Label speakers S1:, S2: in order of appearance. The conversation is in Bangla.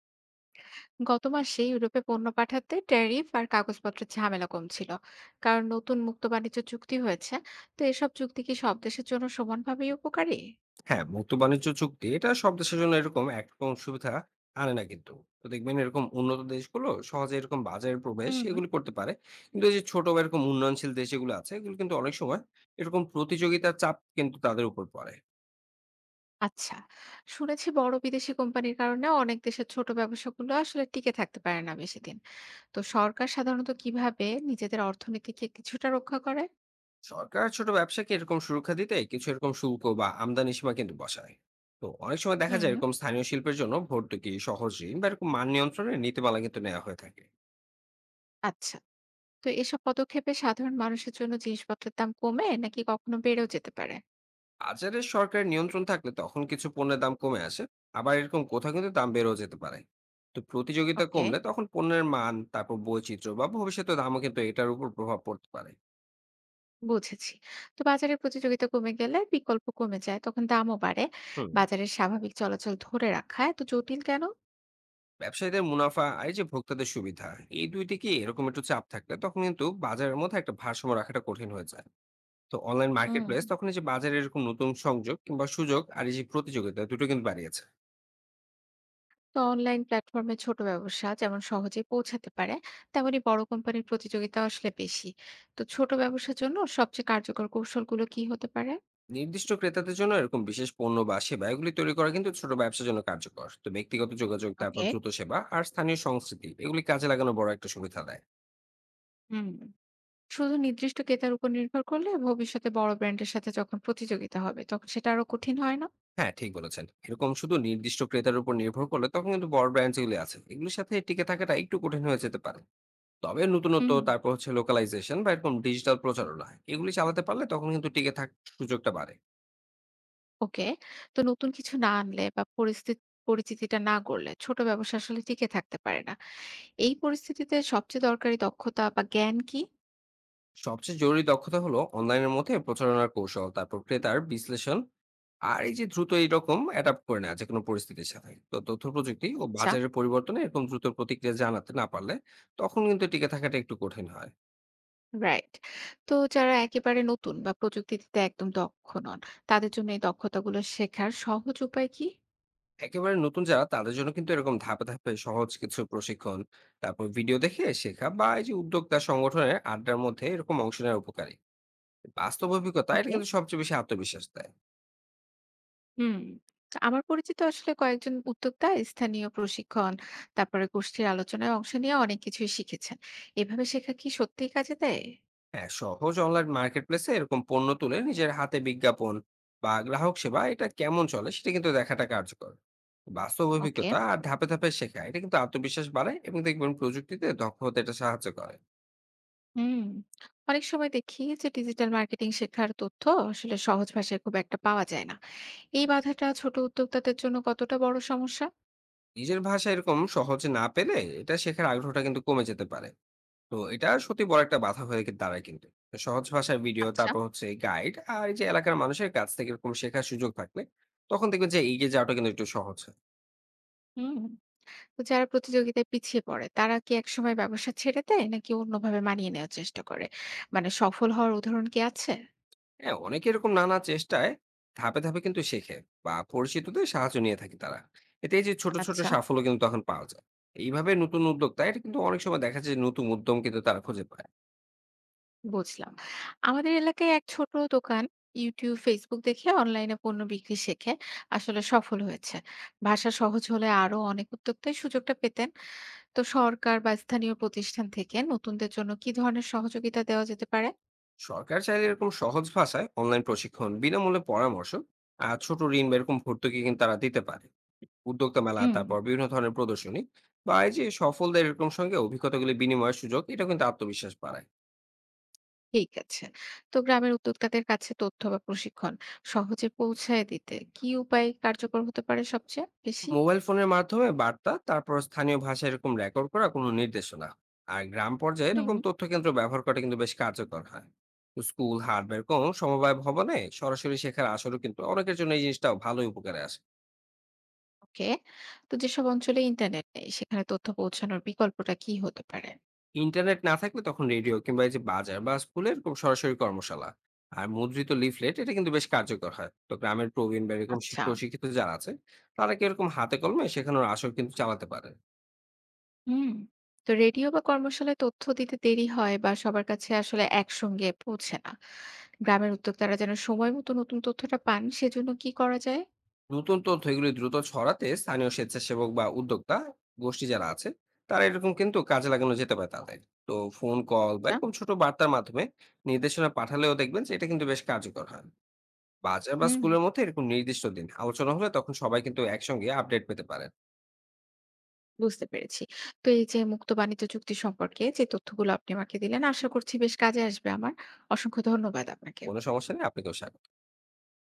S1: গত মাসে ইউরোপে পণ্য পাঠাতে ট্যারিফ আর কাগজপত্রের ঝামেলা কম ছিল, কারণ নতুন মুক্ত বাণিজ্য চুক্তি হয়েছে। তো এসব চুক্তি কি সব দেশের জন্য সমানভাবেই উপকারী?
S2: হ্যাঁ, মুক্ত বাণিজ্য চুক্তি এটা সব দেশের জন্য এরকম একরকম সুবিধা আনে না কিন্তু। তো দেখবেন এরকম উন্নত দেশগুলো সহজে এরকম বাজারে প্রবেশ
S1: হুম।
S2: এগুলো করতে পারে। কিন্তু এই যে ছোট বা এরকম উন্নয়নশীল দেশ যেগুলো আছে এগুলো কিন্তু অনেক সময় এরকম প্রতিযোগিতার চাপ কিন্তু তাদের উপর পড়ে।
S1: আচ্ছা। শুনেছি বড় বিদেশি কোম্পানির কারণে অনেক দেশের ছোট ব্যবসাগুলো আসলে টিকে থাকতে পারে না বেশি দিন। তো সরকার সাধারণত কিভাবে নিজেদের অর্থনীতিকে কিছুটা রক্ষা করে?
S2: সরকার ছোট ব্যবসাকে এরকম সুরক্ষা দিতে কিছু এরকম শুল্ক বা আমদানি সীমা কিন্তু বসায়। তো অনেক সময় দেখা
S1: হুম।
S2: যায় এরকম স্থানীয় শিল্পের জন্য ভর্তুকি, সহজ ঋণ বা এরকম মান নিয়ন্ত্রণের নীতিমালা কিন্তু নেওয়া হয়ে থাকে।
S1: আচ্ছা। তো এসব পদক্ষেপে সাধারণ মানুষের জন্য জিনিসপত্রের দাম কমে, নাকি কখনো বেড়েও যেতে পারে?
S2: বাজারে সরকারের নিয়ন্ত্রণ থাকলে তখন কিছু পণ্যের দাম কমে আসে, আবার এরকম কোথাও কিন্তু দাম বেড়েও যেতে পারে। তো প্রতিযোগিতা
S1: ওকে,
S2: কমলে তখন পণ্যের মান, তারপর বৈচিত্র্য বা ভবিষ্যতে দামও কিন্তু এটার উপর প্রভাব পড়তে পারে।
S1: বুঝেছি। তো বাজারে প্রতিযোগিতা কমে গেলে বিকল্প কমে যায়, তখন দামও বাড়ে।
S2: হুম।
S1: বাজারের স্বাভাবিক চলাচল ধরে রাখা এত জটিল কেন?
S2: ব্যবসায়ীদের মুনাফা আর এই যে ভোক্তাদের সুবিধা, এই দুইটি কি এরকম একটু চাপ থাকলে তখন কিন্তু বাজারের মধ্যে একটা ভারসাম্য রাখাটা কঠিন হয়ে যায়। তো অনলাইন মার্কেট
S1: হুম।
S2: প্লেস তখন এই যে বাজারে এরকম নতুন সংযোগ কিংবা সুযোগ আর এই যে প্রতিযোগিতা দুটো কিন্তু বাড়িয়েছে।
S1: তো অনলাইন প্ল্যাটফর্মে ছোট ব্যবসা যেমন সহজে পৌঁছাতে পারে, তেমনি বড় কোম্পানির প্রতিযোগিতা আসলে বেশি। তো ছোট ব্যবসার জন্য সবচেয়ে কার্যকর কৌশলগুলো কি হতে পারে?
S2: নির্দিষ্ট ক্রেতাদের জন্য এরকম বিশেষ পণ্য বা সেবা এগুলি তৈরি করা কিন্তু ছোট ব্যবসার জন্য কার্যকর। তো ব্যক্তিগত যোগাযোগ, তারপর
S1: ওকে।
S2: দ্রুত সেবা আর স্থানীয় সংস্কৃতি এগুলি কাজে লাগানো বড় একটা সুবিধা দেয়।
S1: হুম। শুধু নির্দিষ্ট ক্রেতার উপর নির্ভর করলে ভবিষ্যতে বড় ব্র্যান্ডের সাথে যখন প্রতিযোগিতা হবে, তখন সেটা আরো কঠিন হয় না?
S2: হ্যাঁ, ঠিক বলেছেন। এরকম শুধু নির্দিষ্ট ক্রেতার উপর নির্ভর করলে তখন কিন্তু বড় ব্র্যান্ড যেগুলি আছে এগুলির সাথে টিকে থাকাটা একটু কঠিন হয়ে যেতে পারে। তবে নতুনত্ব,
S1: হুম।
S2: তারপর হচ্ছে লোকালাইজেশন বা এরকম ডিজিটাল প্রচারণা এগুলি চালাতে পারলে তখন কিন্তু টিকে থাকার সুযোগটা বাড়ে।
S1: ওকে। তো নতুন কিছু না আনলে বা পরিচিতিটা না গড়লে ছোট ব্যবসা আসলে টিকে থাকতে পারে না। এই পরিস্থিতিতে সবচেয়ে দরকারি দক্ষতা বা জ্ঞান কি?
S2: সবচেয়ে জরুরি দক্ষতা হলো অনলাইনের মধ্যে প্রচারণার কৌশল, তারপর ক্রেতার বিশ্লেষণ আর এই যে দ্রুত এইরকম অ্যাডাপ্ট করে নেওয়া যে কোনো পরিস্থিতির সাথে। তো তথ্য প্রযুক্তি ও
S1: আচ্ছা।
S2: বাজারের পরিবর্তনে এরকম দ্রুত প্রতিক্রিয়া জানাতে না পারলে তখন কিন্তু টিকে থাকাটা একটু কঠিন হয়।
S1: রাইট। তো যারা একেবারে নতুন বা প্রযুক্তিতে একদম দক্ষ নন, তাদের জন্য এই দক্ষতাগুলো শেখার সহজ উপায় কি?
S2: একেবারে নতুন যারা তাদের জন্য কিন্তু এরকম ধাপে ধাপে সহজ কিছু প্রশিক্ষণ, তারপর ভিডিও দেখে শেখা বা এই যে উদ্যোক্তা সংগঠনের আড্ডার মধ্যে এরকম অংশ নেওয়ার উপকারী। বাস্তব অভিজ্ঞতা এটা
S1: ওকে।
S2: কিন্তু সবচেয়ে বেশি আত্মবিশ্বাস দেয়।
S1: হুম। তো আমার পরিচিত আসলে কয়েকজন উদ্যোক্তা স্থানীয় প্রশিক্ষণ, তারপরে গোষ্ঠীর আলোচনায় অংশ নিয়ে অনেক কিছুই শিখেছেন। এভাবে শেখা কি সত্যিই কাজে দেয়?
S2: হ্যাঁ, সহজ অনলাইন মার্কেট প্লেসে এরকম পণ্য তুলে নিজের হাতে বিজ্ঞাপন বা গ্রাহক সেবা এটা কেমন চলে সেটা কিন্তু দেখাটা কার্যকর। বাস্তব
S1: ওকে।
S2: অভিজ্ঞতা আর ধাপে ধাপে শেখা এটা কিন্তু আত্মবিশ্বাস বাড়ায় এবং দেখবেন প্রযুক্তিতে দক্ষ হতে এটা সাহায্য করে।
S1: হুম। অনেক সময় দেখি যে ডিজিটাল মার্কেটিং শেখার তথ্য আসলে সহজ ভাষায় খুব একটা পাওয়া যায় না। এই বাধাটা ছোট উদ্যোক্তাদের জন্য কতটা বড় সমস্যা?
S2: নিজের ভাষা এরকম সহজে না পেলে এটা শেখার আগ্রহটা কিন্তু কমে যেতে পারে। তো এটা সত্যি বড় একটা বাধা হয়ে গিয়ে দাঁড়ায় কিন্তু। তো সহজ ভাষার ভিডিও,
S1: আচ্ছা।
S2: তারপর হচ্ছে গাইড আর এই যে এলাকার মানুষের কাছ থেকে এরকম শেখার সুযোগ থাকলে তখন দেখবেন যে এগিয়ে যাওয়াটা কিন্তু একটু সহজ।
S1: হুম। তো যারা প্রতিযোগিতায় পিছিয়ে পড়ে, তারা কি একসময় ব্যবসা ছেড়ে দেয় নাকি অন্যভাবে মানিয়ে নেওয়ার চেষ্টা করে? মানে সফল হওয়ার উদাহরণ কি আছে?
S2: হ্যাঁ, অনেকে এরকম নানা চেষ্টায় ধাপে ধাপে কিন্তু শেখে বা পরিচিতদের সাহায্য নিয়ে থাকে তারা। এতে এই যে ছোট ছোট
S1: আচ্ছা।
S2: সাফল্য কিন্তু তখন পাওয়া যায়। এইভাবে নতুন উদ্যোক্তা এটা কিন্তু অনেক সময় দেখা যায় যে নতুন উদ্যম কিন্তু তারা খুঁজে পায়।
S1: বুঝলাম। আমাদের এলাকায় এক ছোট দোকান ইউটিউব, ফেসবুক দেখে অনলাইনে পণ্য বিক্রি শেখে, আসলে সফল হয়েছে। ভাষা সহজ হলে আরো অনেক উদ্যোক্তাই সুযোগটা পেতেন। তো সরকার বা স্থানীয় প্রতিষ্ঠান থেকে নতুনদের জন্য কি ধরনের সহযোগিতা দেওয়া যেতে পারে?
S2: সরকার চাইলে এরকম সহজ ভাষায় অনলাইন প্রশিক্ষণ, বিনামূল্যে পরামর্শ আর ছোট ঋণ বা এরকম ভর্তুকি কিন্তু তারা দিতে পারে। উদ্যোক্তা মেলা,
S1: হুম।
S2: তারপর বিভিন্ন ধরনের প্রদর্শনী বা এই যে সফলদের এরকম সঙ্গে অভিজ্ঞতাগুলি বিনিময়ের সুযোগ এটা কিন্তু আত্মবিশ্বাস বাড়ায়।
S1: ঠিক আছে। তো গ্রামের উদ্যোক্তাদের কাছে তথ্য বা প্রশিক্ষণ সহজে পৌঁছায় দিতে কি উপায় কার্যকর হতে পারে সবচেয়ে বেশি?
S2: মোবাইল ফোনের মাধ্যমে বার্তা, তারপর স্থানীয় ভাষায় এরকম রেকর্ড করা কোনো নির্দেশনা আর গ্রাম পর্যায়ে
S1: হুম।
S2: এরকম তথ্য কেন্দ্র ব্যবহার করা কিন্তু বেশ কার্যকর হয়। তো স্কুল, হাট বা এরকম সমবায় ভবনে সরাসরি শেখার আসরও কিন্তু অনেকের জন্য এই জিনিসটাও ভালোই উপকারে আসে।
S1: ওকে। তো যেসব অঞ্চলে ইন্টারনেট নেই, সেখানে তথ্য পৌঁছানোর বিকল্পটা কি হতে পারে?
S2: ইন্টারনেট না থাকলে তখন রেডিও কিংবা এই যে বাজার বা স্কুলে এরকম সরাসরি কর্মশালা আর মুদ্রিত লিফলেট এটা কিন্তু বেশ কার্যকর হয়। তো গ্রামের প্রবীণ বা এরকম
S1: আচ্ছা।
S2: প্রশিক্ষিত যারা আছে তারা কি এরকম হাতে কলমে শেখানোর আসর কিন্তু চালাতে পারে।
S1: হুম। তো রেডিও বা কর্মশালায় তথ্য দিতে দেরি হয় বা সবার কাছে আসলে একসঙ্গে পৌঁছে না। গ্রামের উদ্যোক্তারা যেন সময় মতো নতুন তথ্যটা পান, সেজন্য কি করা যায়?
S2: নতুন তথ্য এগুলি দ্রুত ছড়াতে স্থানীয় স্বেচ্ছাসেবক বা উদ্যোক্তা গোষ্ঠী যারা আছে তারা এরকম কিন্তু কাজে লাগানো যেতে পারে তাদের। তো ফোন কল বা এরকম ছোট বার্তার মাধ্যমে নির্দেশনা পাঠালেও দেখবেন যে এটা কিন্তু বেশ কার্যকর হয়। বাজার বা
S1: হুম,
S2: স্কুলের মধ্যে এরকম নির্দিষ্ট দিন আলোচনা হলে তখন সবাই কিন্তু একসঙ্গে আপডেট পেতে পারেন।
S1: বুঝতে পেরেছি। তো এই যে মুক্ত বাণিজ্য চুক্তি সম্পর্কে যে তথ্যগুলো আপনি আমাকে দিলেন, আশা করছি বেশ কাজে আসবে আমার। অসংখ্য ধন্যবাদ আপনাকে।
S2: কোনো সমস্যা নেই, আপনাকেও স্বাগত।